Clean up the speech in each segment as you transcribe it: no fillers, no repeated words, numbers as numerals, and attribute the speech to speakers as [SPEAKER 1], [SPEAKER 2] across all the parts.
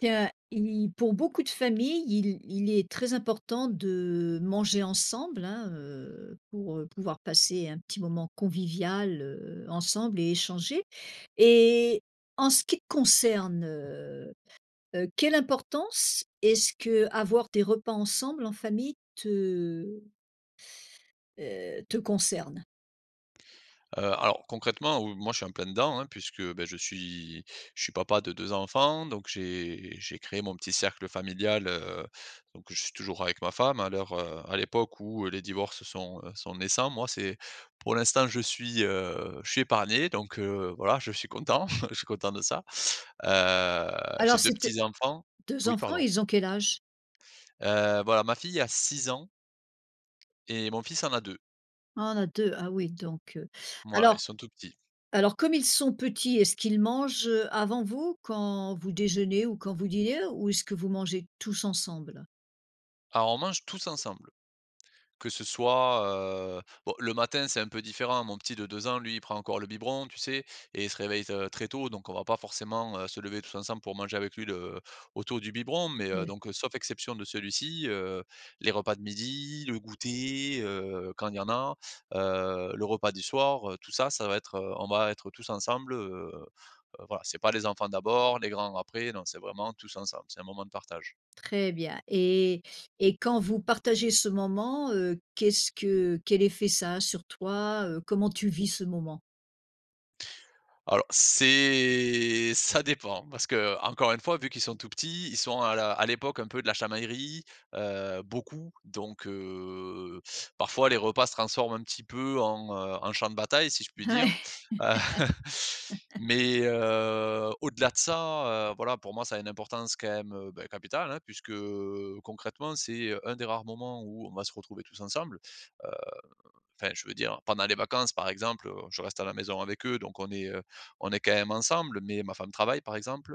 [SPEAKER 1] Tiens, pour beaucoup de familles, il est très important de manger ensemble hein, pour pouvoir passer un petit moment convivial ensemble et échanger. Et en ce qui te concerne, quelle importance est-ce que avoir des repas ensemble en famille te concerne?
[SPEAKER 2] Alors concrètement, moi je suis en plein dedans, hein, puisque, je suis papa de 2 enfants, donc j'ai créé mon petit cercle familial, donc je suis toujours avec ma femme à l'heure, à l'époque où les divorces sont, sont naissants. Moi, c'est pour l'instant, je suis épargné, donc voilà, je suis content, je suis content de ça. Heu, j'ai
[SPEAKER 1] Alors,
[SPEAKER 2] 2
[SPEAKER 1] c'était
[SPEAKER 2] petits-enfants,
[SPEAKER 1] deux
[SPEAKER 2] oui,
[SPEAKER 1] enfants,
[SPEAKER 2] pardon.
[SPEAKER 1] ils ont quel âge?
[SPEAKER 2] Voilà, ma fille a 6 ans et mon fils en a deux.
[SPEAKER 1] Ah, on a deux. Ah oui, donc.
[SPEAKER 2] Voilà, ils
[SPEAKER 1] Alors,
[SPEAKER 2] sont tout petits.
[SPEAKER 1] Alors, comme ils sont petits, est-ce qu'ils mangent, avant vous, quand vous déjeunez ou quand vous dînez? Ou est-ce que vous mangez tous ensemble?
[SPEAKER 2] Alors on mange tous ensemble. Que ce soit, bon, le matin, c'est un peu différent. Mon petit de 2 ans, lui, il prend encore le biberon, tu sais? Et il se réveille, très tôt, donc on va pas forcément, se lever tous ensemble pour manger avec lui le autour du biberon, mais
[SPEAKER 1] Oui,
[SPEAKER 2] donc, sauf exception de celui-ci, les repas de midi, le goûter, quand il y en a, le repas du soir, tout ça, ça va être, on va être tous ensemble, voilà. C'est pas les enfants d'abord, les grands après, non, c'est vraiment tous ensemble. C'est un moment de partage.
[SPEAKER 1] très bien et quand vous partagez ce moment, qu'est-ce que quel effet ça a sur toi? Comment tu vis ce moment?
[SPEAKER 2] Alors, c'est ça dépend parce que, encore une fois, vu qu'ils sont tout petits, ils sont à la à l'époque un peu de la chamaillerie, beaucoup, donc parfois les repas se transforment un petit peu en, en champ de bataille, si je puis dire.
[SPEAKER 1] Ouais,
[SPEAKER 2] Heu, mais au-delà de ça, voilà, pour moi, ça a une importance quand même, bah, capitale, hein, puisque, concrètement, c'est un des rares moments où on va se retrouver tous ensemble. Enfin, je veux dire, pendant les vacances, par exemple, je reste à la maison avec eux, donc on est quand même ensemble, mais ma femme travaille, par exemple.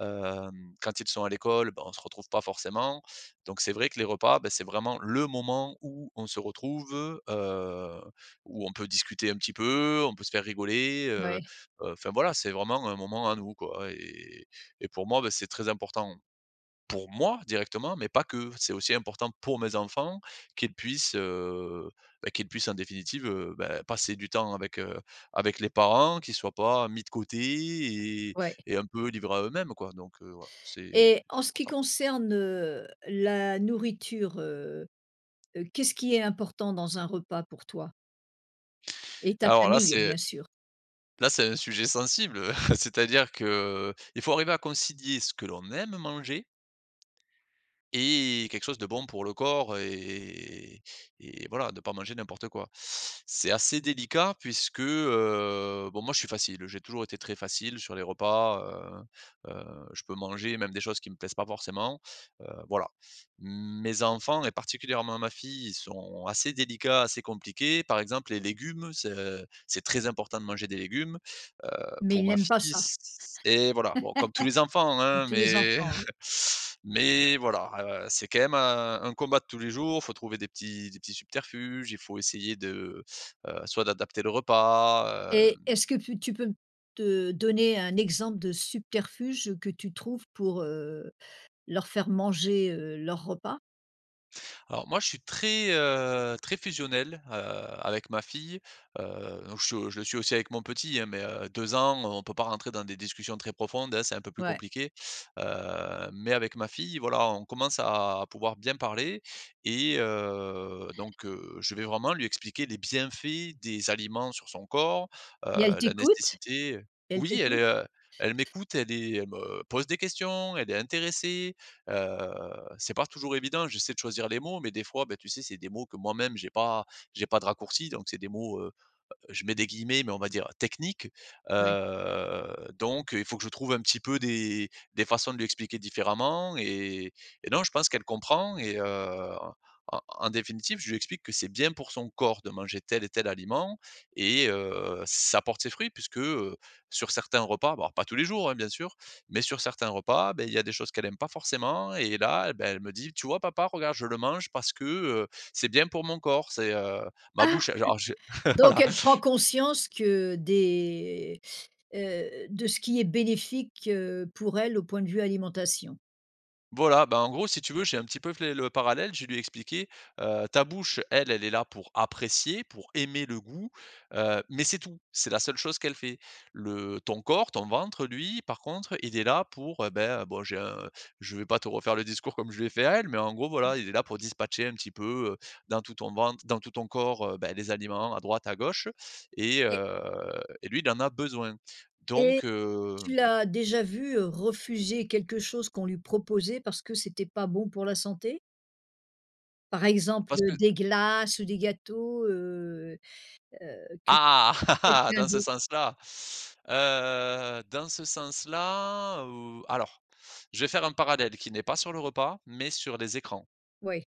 [SPEAKER 2] Hem, quand ils sont à l'école, ben, on se retrouve pas forcément. Donc c'est vrai que les repas, ben, c'est vraiment le moment où on se retrouve, heu, où on peut discuter un petit peu, on peut se faire rigoler,
[SPEAKER 1] ouais,
[SPEAKER 2] enfin voilà, c'est vraiment un moment à nous, quoi, et pour moi, ben, c'est très important. Pour moi directement, mais pas que. C'est aussi important pour mes enfants, qu'ils puissent, bah, qu'ils puissent en définitive, bah, passer du temps avec, avec les parents, qu'ils soient pas mis de côté et
[SPEAKER 1] ouais
[SPEAKER 2] un peu livrés à eux-mêmes, quoi. Donc, voilà, c'est
[SPEAKER 1] et
[SPEAKER 2] c'est
[SPEAKER 1] en ce qui
[SPEAKER 2] important.
[SPEAKER 1] concerne, la nourriture, qu'est-ce qui est important dans un repas pour toi? Et ta
[SPEAKER 2] Alors là,
[SPEAKER 1] famille,
[SPEAKER 2] c'est
[SPEAKER 1] bien sûr,
[SPEAKER 2] là, c'est un sujet sensible, c'est-à-dire que il faut arriver à concilier ce que l'on aime manger et quelque chose de bon pour le corps, et voilà, de pas manger n'importe quoi. C'est assez délicat puisque, bon, moi je suis facile, j'ai toujours été très facile sur les repas, heu heu, je peux manger même des choses qui me plaisent pas forcément, voilà. Mes enfants, et particulièrement ma fille, ils sont assez délicats, assez compliqués. Par exemple, les légumes, c'est très important de manger des légumes, heu,
[SPEAKER 1] mais
[SPEAKER 2] pour
[SPEAKER 1] ils
[SPEAKER 2] ma
[SPEAKER 1] n'aiment pas
[SPEAKER 2] fille
[SPEAKER 1] ça,
[SPEAKER 2] c et voilà, bon, comme tous les enfants,
[SPEAKER 1] comme
[SPEAKER 2] hein,
[SPEAKER 1] tous les
[SPEAKER 2] mais
[SPEAKER 1] enfants.
[SPEAKER 2] voilà, c'est quand même un combat de tous les jours. Il faut trouver des petits subterfuges. Il faut essayer de, soit d'adapter le repas,
[SPEAKER 1] Et est-ce que pu tu peux te donner un exemple de subterfuge que tu trouves pour, leur faire manger, leur repas?
[SPEAKER 2] alors moi, je suis très, très fusionnel, avec ma fille, donc je le suis aussi avec mon petit, hein, mais 2 ans, on peut pas rentrer dans des discussions très profondes, hein, c'est un peu plus
[SPEAKER 1] Ouais
[SPEAKER 2] compliqué, mais avec ma fille, voilà, on commence à pouvoir bien parler, et je vais vraiment lui expliquer les bienfaits des aliments sur son corps,
[SPEAKER 1] et elle
[SPEAKER 2] la
[SPEAKER 1] t'écoute?
[SPEAKER 2] nécessité.
[SPEAKER 1] Elle
[SPEAKER 2] Oui, elle est,
[SPEAKER 1] t'écoute?
[SPEAKER 2] elle m'écoute, elle me pose des questions, elle est intéressée, heu c'est pas toujours évident. J'essaie de choisir les mots, mais des fois, ben, tu sais, c'est des mots que moi-même j'ai pas de raccourci, donc c'est des mots, je mets des guillemets, mais on va dire technique.
[SPEAKER 1] Ouais.
[SPEAKER 2] Donc il faut que je trouve un petit peu des façons de lui expliquer différemment, et non, je pense qu'elle comprend, et en en définitive, je lui explique que c'est bien pour son corps de manger tel et tel aliment, et ça porte ses fruits puisque, sur certains repas, bon, alors pas tous les jours, hein, bien sûr, mais sur certains repas, beh, il y a des choses qu'elle aime pas forcément, et là, beh, elle me dit: «Tu vois papa, regarde, je le mange parce que, c'est bien pour mon corps, c'est, ma
[SPEAKER 1] Ah!
[SPEAKER 2] bouche». Alors je
[SPEAKER 1] Donc
[SPEAKER 2] voilà.
[SPEAKER 1] elle prend conscience que des de ce qui est bénéfique, pour elle au point de vue alimentation
[SPEAKER 2] Voilà, bah, en gros, si tu veux, j'ai un petit peu fait le parallèle. Je lui ai expliqué, ta bouche, elle, elle est là pour apprécier, pour aimer le goût, mais c'est tout. C'est la seule chose qu'elle fait. Le Ton corps, ton ventre, lui, par contre, il est là pour, beh, bon, j'ai un je vais pas te refaire le discours comme je l'ai fait à elle, mais en gros, voilà, il est là pour dispatcher un petit peu, dans tout ton ventre, dans tout ton corps, bah, les aliments à droite, à gauche, et
[SPEAKER 1] et
[SPEAKER 2] heu et lui, il en a besoin.
[SPEAKER 1] et
[SPEAKER 2] Donc
[SPEAKER 1] tu l'as déjà vue, refuser quelque chose qu'on lui proposait parce que c'était pas bon pour la santé? Par exemple,
[SPEAKER 2] parce que
[SPEAKER 1] des glaces ou des gâteaux, heu, que
[SPEAKER 2] ah!
[SPEAKER 1] Quelqu'un
[SPEAKER 2] Dans ce
[SPEAKER 1] d'autre,
[SPEAKER 2] sens-là, dans ce sens-là, alors, je vais faire un parallèle qui n'est pas sur le repas, mais sur les écrans.
[SPEAKER 1] ouais.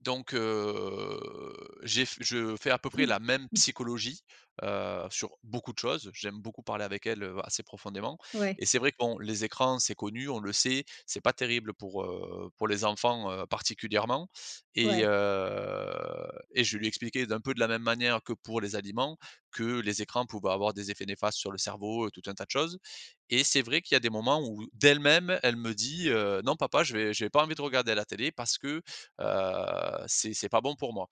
[SPEAKER 2] Donc, j'ai f je fais à peu près la même psychologie, sur beaucoup de choses. J'aime beaucoup parler avec elle, assez profondément,
[SPEAKER 1] Ouais,
[SPEAKER 2] et c'est vrai que, bon, les écrans, c'est connu, on le sait, c'est pas terrible pour les enfants, particulièrement, et
[SPEAKER 1] ouais.
[SPEAKER 2] heu et je lui ai expliqué d'un peu de la même manière que pour les aliments, que les écrans pouvaient avoir des effets néfastes sur le cerveau, tout un tas de choses, et c'est vrai qu'il y a des moments où, d'elle-même, elle me dit, «Non papa, je vais j'ai pas envie de regarder la télé parce que, c'est pas bon pour moi.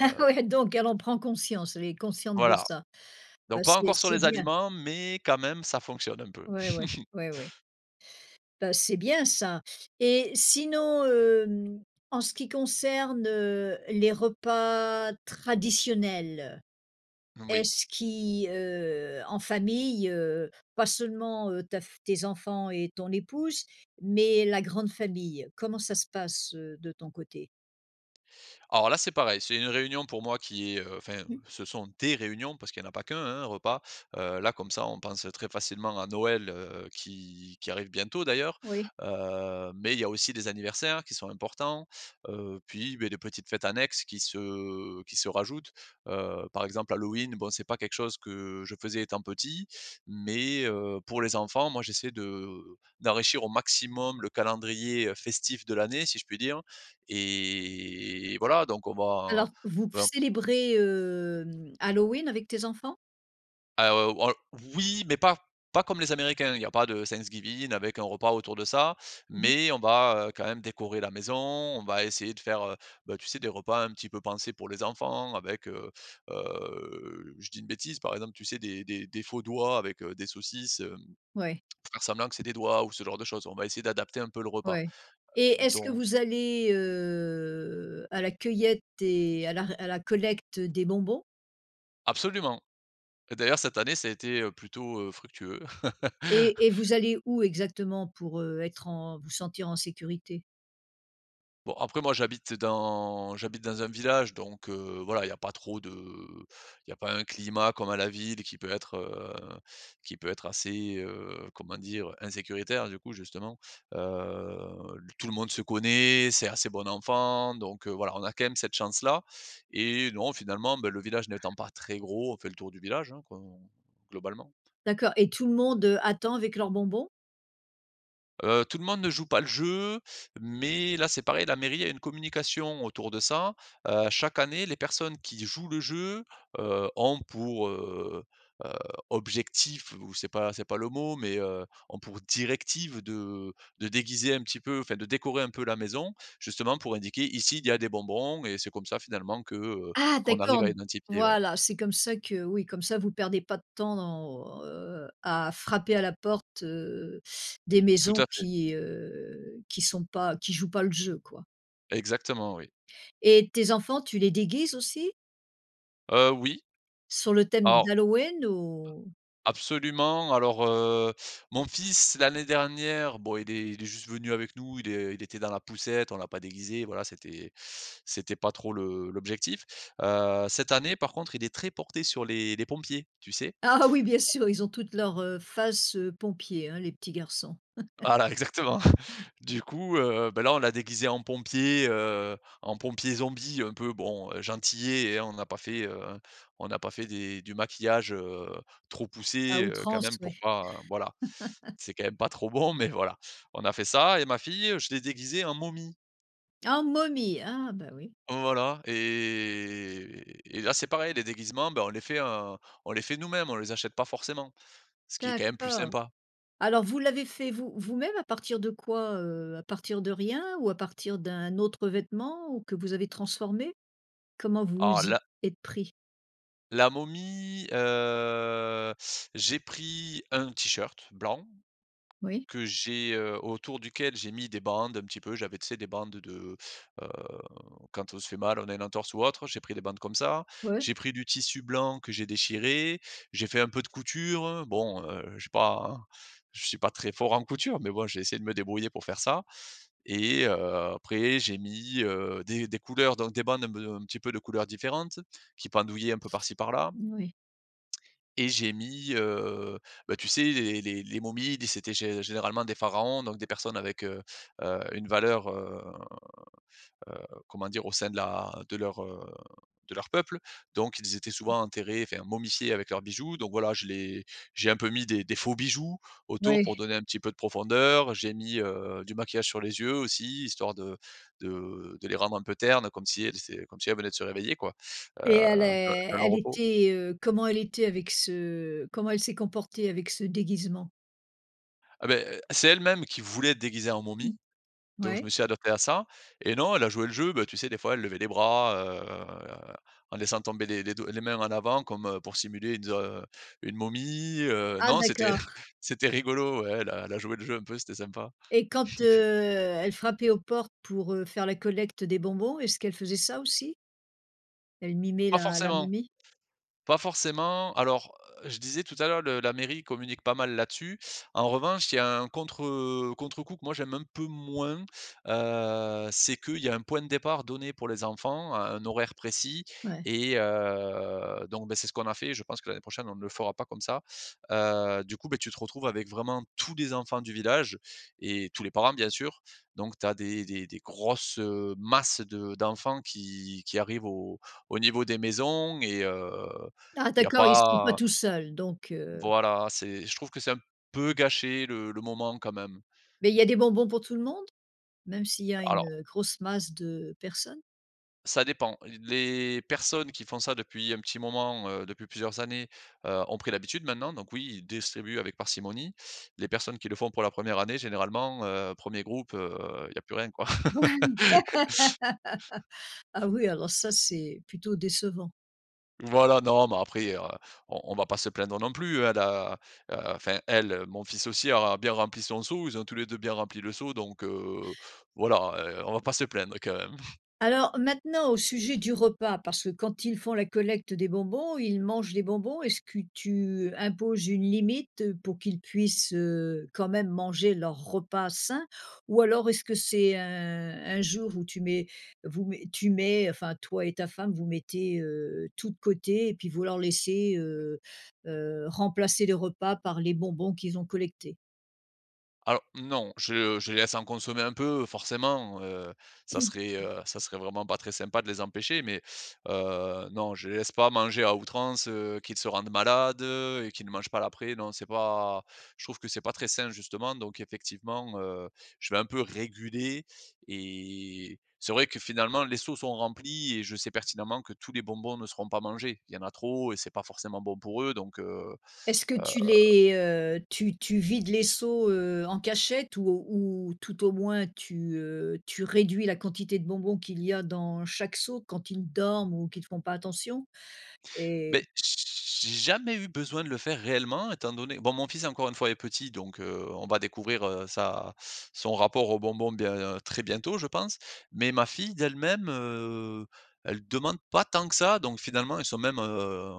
[SPEAKER 1] Ah ouais, donc elle en prend conscience, elle est consciente de
[SPEAKER 2] voilà,
[SPEAKER 1] ça. Bah,
[SPEAKER 2] donc pas encore sur
[SPEAKER 1] c'est
[SPEAKER 2] les
[SPEAKER 1] bien.
[SPEAKER 2] aliments, mais quand même ça fonctionne un peu.»
[SPEAKER 1] Ouais, ouais, ouais, ouais. Bah, c'est bien ça et sinon, en ce qui concerne, les repas traditionnels,
[SPEAKER 2] Oui.
[SPEAKER 1] est-ce qui, en famille, pas seulement, ta f tes enfants et ton épouse, mais la grande famille, comment ça se passe, de ton côté?
[SPEAKER 2] Alors là, c'est pareil, c'est une réunion pour moi qui est, enfin,
[SPEAKER 1] Mmh,
[SPEAKER 2] ce sont des réunions parce qu'il n'y en a pas qu'un, hein, un repas. Là, comme ça, on pense très facilement à Noël, qui arrive bientôt d'ailleurs.
[SPEAKER 1] oui.
[SPEAKER 2] Mais il y a aussi des anniversaires qui sont importants, puis, beh, des petites fêtes annexes qui se rajoutent. Par exemple, Halloween, bon, c'est pas quelque chose que je faisais étant petit, mais pour les enfants, moi, j'essaie de d'enrichir au maximum le calendrier festif de l'année, si je puis dire. Et voilà, donc on va
[SPEAKER 1] Alors, vous
[SPEAKER 2] vra
[SPEAKER 1] célébrez, Halloween avec tes enfants?
[SPEAKER 2] on oui, mais pas comme les Américains. Il y a pas de Thanksgiving avec un repas autour de ça,
[SPEAKER 1] Mmh mh.
[SPEAKER 2] mais on va, quand même décorer la maison. On va essayer de faire, bah, tu sais, des repas un petit peu pensés pour les enfants avec, je dis une bêtise, par exemple, tu sais, des faux doigts avec, des saucisses, hem,
[SPEAKER 1] Ouais,
[SPEAKER 2] pour faire semblant que c'est des doigts ou ce genre de choses. On va essayer d'adapter un peu le repas.
[SPEAKER 1] ouais et est-ce que
[SPEAKER 2] Donc
[SPEAKER 1] vous allez, à la cueillette et à la collecte des bonbons?
[SPEAKER 2] absolument. Et d'ailleurs, cette année, ça a été, plutôt, fructueux.
[SPEAKER 1] Et vous allez où exactement pour, être en vous sentir en sécurité?
[SPEAKER 2] Bon, après, moi, j'habite dans un village, donc voilà, il y a pas un climat comme à la ville qui peut être assez, comment dire? Insécuritaire, du coup, justement. Heu, Tout le monde se connaît, c'est assez bon enfant, donc voilà, on a quand même cette chance-là, et non, finalement, beh, le village n'étant pas très gros, on fait le tour du village, hein, qu'on globalement.
[SPEAKER 1] D'accord et tout le monde, attend avec leurs bonbons?
[SPEAKER 2] Tout le monde ne joue pas le jeu, mais là, c'est pareil, la mairie a une communication autour de ça. Chaque année, les personnes qui jouent le jeu, ont pour, heu, objectif, ou c'est pas le mot, mais, ont pour directive de déguiser un petit peu, enfin de décorer un peu la maison, justement pour indiquer: «Ici, il y a des bonbons», et c'est comme ça finalement que,
[SPEAKER 1] Ah
[SPEAKER 2] qu'on arrive
[SPEAKER 1] d'accord,
[SPEAKER 2] à identifier, ouais.
[SPEAKER 1] voilà, c'est comme ça que oui, comme ça vous perdez pas de temps dans, à frapper à la porte, des
[SPEAKER 2] Tout à
[SPEAKER 1] maisons
[SPEAKER 2] fait,
[SPEAKER 1] qui sont pas qui jouent pas le jeu, quoi.
[SPEAKER 2] exactement, oui.
[SPEAKER 1] Et tes enfants, tu les déguises aussi?
[SPEAKER 2] Oui,
[SPEAKER 1] Sur le thème
[SPEAKER 2] alors
[SPEAKER 1] d'Halloween ou?
[SPEAKER 2] absolument. Alors, mon fils, l'année dernière, bon, il est juste venu avec nous, il était dans la poussette, on l'a pas déguisé, voilà, c'était pas trop le l'objectif. Cette année, par contre, il est très porté sur les pompiers, tu sais?
[SPEAKER 1] Ah oui, bien sûr, ils ont toutes leurs, faces, pompiers, hein, les petits garçons.
[SPEAKER 2] Voilà, exactement. Du coup, bah, là, on l'a déguisé en pompier, en pompier zombie un peu, bon, gentillet, hein. On n'a pas fait des du maquillage, trop
[SPEAKER 1] À
[SPEAKER 2] poussé, quand
[SPEAKER 1] outrance,
[SPEAKER 2] même pour
[SPEAKER 1] oui.
[SPEAKER 2] pas voilà. C'est quand même pas trop bon, mais voilà. On a fait ça et ma fille, je l'ai déguisée en momie.
[SPEAKER 1] Ah, momie! Ah bah oui,
[SPEAKER 2] Voilà, et là, c'est pareil, les déguisements, bah, on les fait nous-mêmes, on les achète pas forcément, ce qui est quand même plus
[SPEAKER 1] d'accord.
[SPEAKER 2] sympa.
[SPEAKER 1] Alors vous l'avez fait vous-même à partir de quoi, À partir de rien ou à partir d'un autre vêtement ou que vous avez transformé? Comment vous
[SPEAKER 2] Ah
[SPEAKER 1] y
[SPEAKER 2] là
[SPEAKER 1] êtes pris?
[SPEAKER 2] La momie, j'ai pris un t-shirt blanc
[SPEAKER 1] Oui.
[SPEAKER 2] autour duquel j'ai mis des bandes un petit peu. J'avais, tu sais, heu, quand on se fait mal, on a une entorse ou autre, j'ai pris des bandes comme ça.
[SPEAKER 1] Ouais,
[SPEAKER 2] J'ai pris du tissu blanc que j'ai déchiré, j'ai fait un peu de couture. Bon, j'ai pas hein, je suis pas très fort en couture, mais bon, j'ai essayé de me débrouiller pour faire ça, et après j'ai mis, des couleurs, donc des bandes un petit peu de couleurs différentes qui pendouillaient un peu par-ci par-là.
[SPEAKER 1] oui.
[SPEAKER 2] Et j'ai mis, bah, tu sais, les momies, c'était gé généralement des pharaons, donc des personnes avec, une valeur, heu, comment dire? Au sein de leur peuple. Donc ils étaient souvent enterrés, enfin momifiés avec leurs bijoux. Donc voilà, je les j'ai un peu mis des faux bijoux autour pour
[SPEAKER 1] Oui
[SPEAKER 2] donner un petit peu de profondeur. J'ai mis, du maquillage sur les yeux aussi, histoire de les rendre un peu ternes, comme si elles venaient de se réveiller quoi, heu,
[SPEAKER 1] et elle
[SPEAKER 2] de
[SPEAKER 1] est
[SPEAKER 2] leur
[SPEAKER 1] elle
[SPEAKER 2] repos.
[SPEAKER 1] était, comment elle était avec ce comment elle s'est comportée avec ce déguisement?
[SPEAKER 2] Ah beh, c'est elle-même qui voulait être déguisée en momie,
[SPEAKER 1] Mmh.
[SPEAKER 2] donc je
[SPEAKER 1] Ouais.
[SPEAKER 2] me suis adapté à ça, et non, elle a joué le jeu, bah, tu sais, des fois, elle levait les bras, heu, en laissant tomber les mains en avant comme, pour simuler une momie,
[SPEAKER 1] Ah
[SPEAKER 2] non, c'était
[SPEAKER 1] d'accord
[SPEAKER 2] c'était rigolo, ouais, elle a joué le jeu un peu, c'était sympa.
[SPEAKER 1] et quand, elle frappait aux portes pour, faire la collecte des bonbons, est-ce qu'elle faisait ça aussi? Elle mimait
[SPEAKER 2] Pas
[SPEAKER 1] la
[SPEAKER 2] forcément.
[SPEAKER 1] momie?
[SPEAKER 2] Pas forcément. Alors, je disais tout à l'heure, le la mairie communique pas mal là-dessus. En revanche, il y a un contre-coup que moi j'aime un peu moins, c'est qu'il y a un point de départ donné pour les enfants, à un horaire précis,
[SPEAKER 1] Ouais.
[SPEAKER 2] et donc beh, c'est ce qu'on a fait. Je pense que l'année prochaine, on ne le fera pas comme ça. Du coup, beh, tu te retrouves avec vraiment tous les enfants du village et tous les parents, bien sûr. Donc tu as des grosses, masses de d'enfants qui arrivent au niveau des maisons. Et
[SPEAKER 1] Ah
[SPEAKER 2] il y a
[SPEAKER 1] d'accord, ils sont pas
[SPEAKER 2] pas
[SPEAKER 1] tout seuls donc
[SPEAKER 2] voilà, c'est je trouve que c'est un peu gâché le moment quand même.
[SPEAKER 1] mais il y a des bonbons pour tout le monde? Même s'il y a
[SPEAKER 2] Alors,
[SPEAKER 1] une, grosse masse de personnes?
[SPEAKER 2] ça dépend. Les personnes qui font ça depuis un petit moment, depuis plusieurs années, ont pris l'habitude maintenant, donc oui, ils distribuent avec parcimonie. Les personnes qui le font pour la première année, généralement, 1 groupe, il y a plus rien quoi.
[SPEAKER 1] Ah oui, alors ça, c'est plutôt décevant.
[SPEAKER 2] Voilà, non, mais après, on va pas se plaindre non plus. Elle a, enfin elle, Mon fils aussi a bien rempli son seau, ils ont tous les 2 bien rempli le seau, donc voilà, on va pas se plaindre quand même.
[SPEAKER 1] Alors maintenant au sujet du repas, parce que quand ils font la collecte des bonbons, ils mangent des bonbons. Est-ce que tu imposes une limite, pour qu'ils puissent, quand même manger leur repas sain? Ou alors est-ce que c'est un jour où tu mets vous met tu mets enfin toi et ta femme vous mettez, tout de côté et puis vous leur laissez, remplacer les repas par les bonbons qu'ils ont collectés?
[SPEAKER 2] Alors non, je les laisse en consommer un peu, forcément, ça serait vraiment pas très sympa de les empêcher, mais non, je les laisse pas manger à outrance, qu'ils se rendent malades, et qu'ils ne mangent pas l'après. Non, c'est pas je trouve que c'est pas très sain, justement, donc effectivement, je vais un peu réguler, et c'est vrai que, finalement, les seaux sont remplis et je sais pertinemment que tous les bonbons ne seront pas mangés. Il y en a trop et c'est pas forcément bon pour eux, donc
[SPEAKER 1] Est-ce que tu les, tu vides les seaux, en cachette ou tout au moins tu, tu réduis la quantité de bonbons qu'il y a dans chaque seau quand ils dorment ou qu'ils ne font pas attention? Et
[SPEAKER 2] beh, j'ai jamais eu besoin de le faire réellement, étant donné, bon, mon fils, encore une fois, est petit, donc on va découvrir, sa son rapport aux bonbons bien, très bientôt, je pense. Mais ma fille, d'elle-même, elle demande pas tant que ça, donc finalement,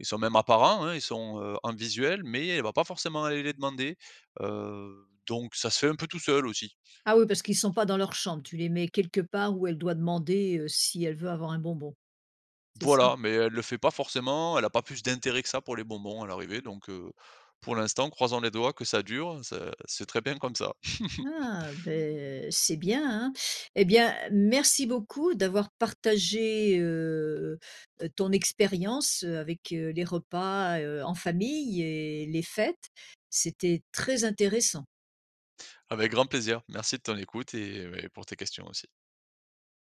[SPEAKER 2] ils sont même apparents, hein, ils sont, en visuel, mais elle va pas forcément aller les demander, donc ça se fait un peu tout seul aussi.
[SPEAKER 1] ah oui, parce qu'ils ne sont pas dans leur chambre, tu les mets quelque part où elle doit demander, si elle veut avoir un bonbon, c'est ça?
[SPEAKER 2] Voilà, mais elle le fait pas forcément, elle a pas plus d'intérêt que ça pour les bonbons à l'arrivée, donc pour l'instant, croisons les doigts que ça dure, ça c'est très bien comme ça.
[SPEAKER 1] Ah, ben c'est bien, hein. Eh bien, merci beaucoup d'avoir partagé, ton expérience, avec, les repas, en famille et les fêtes. C'était très intéressant.
[SPEAKER 2] Avec grand plaisir. Merci de ton écoute et pour tes questions aussi.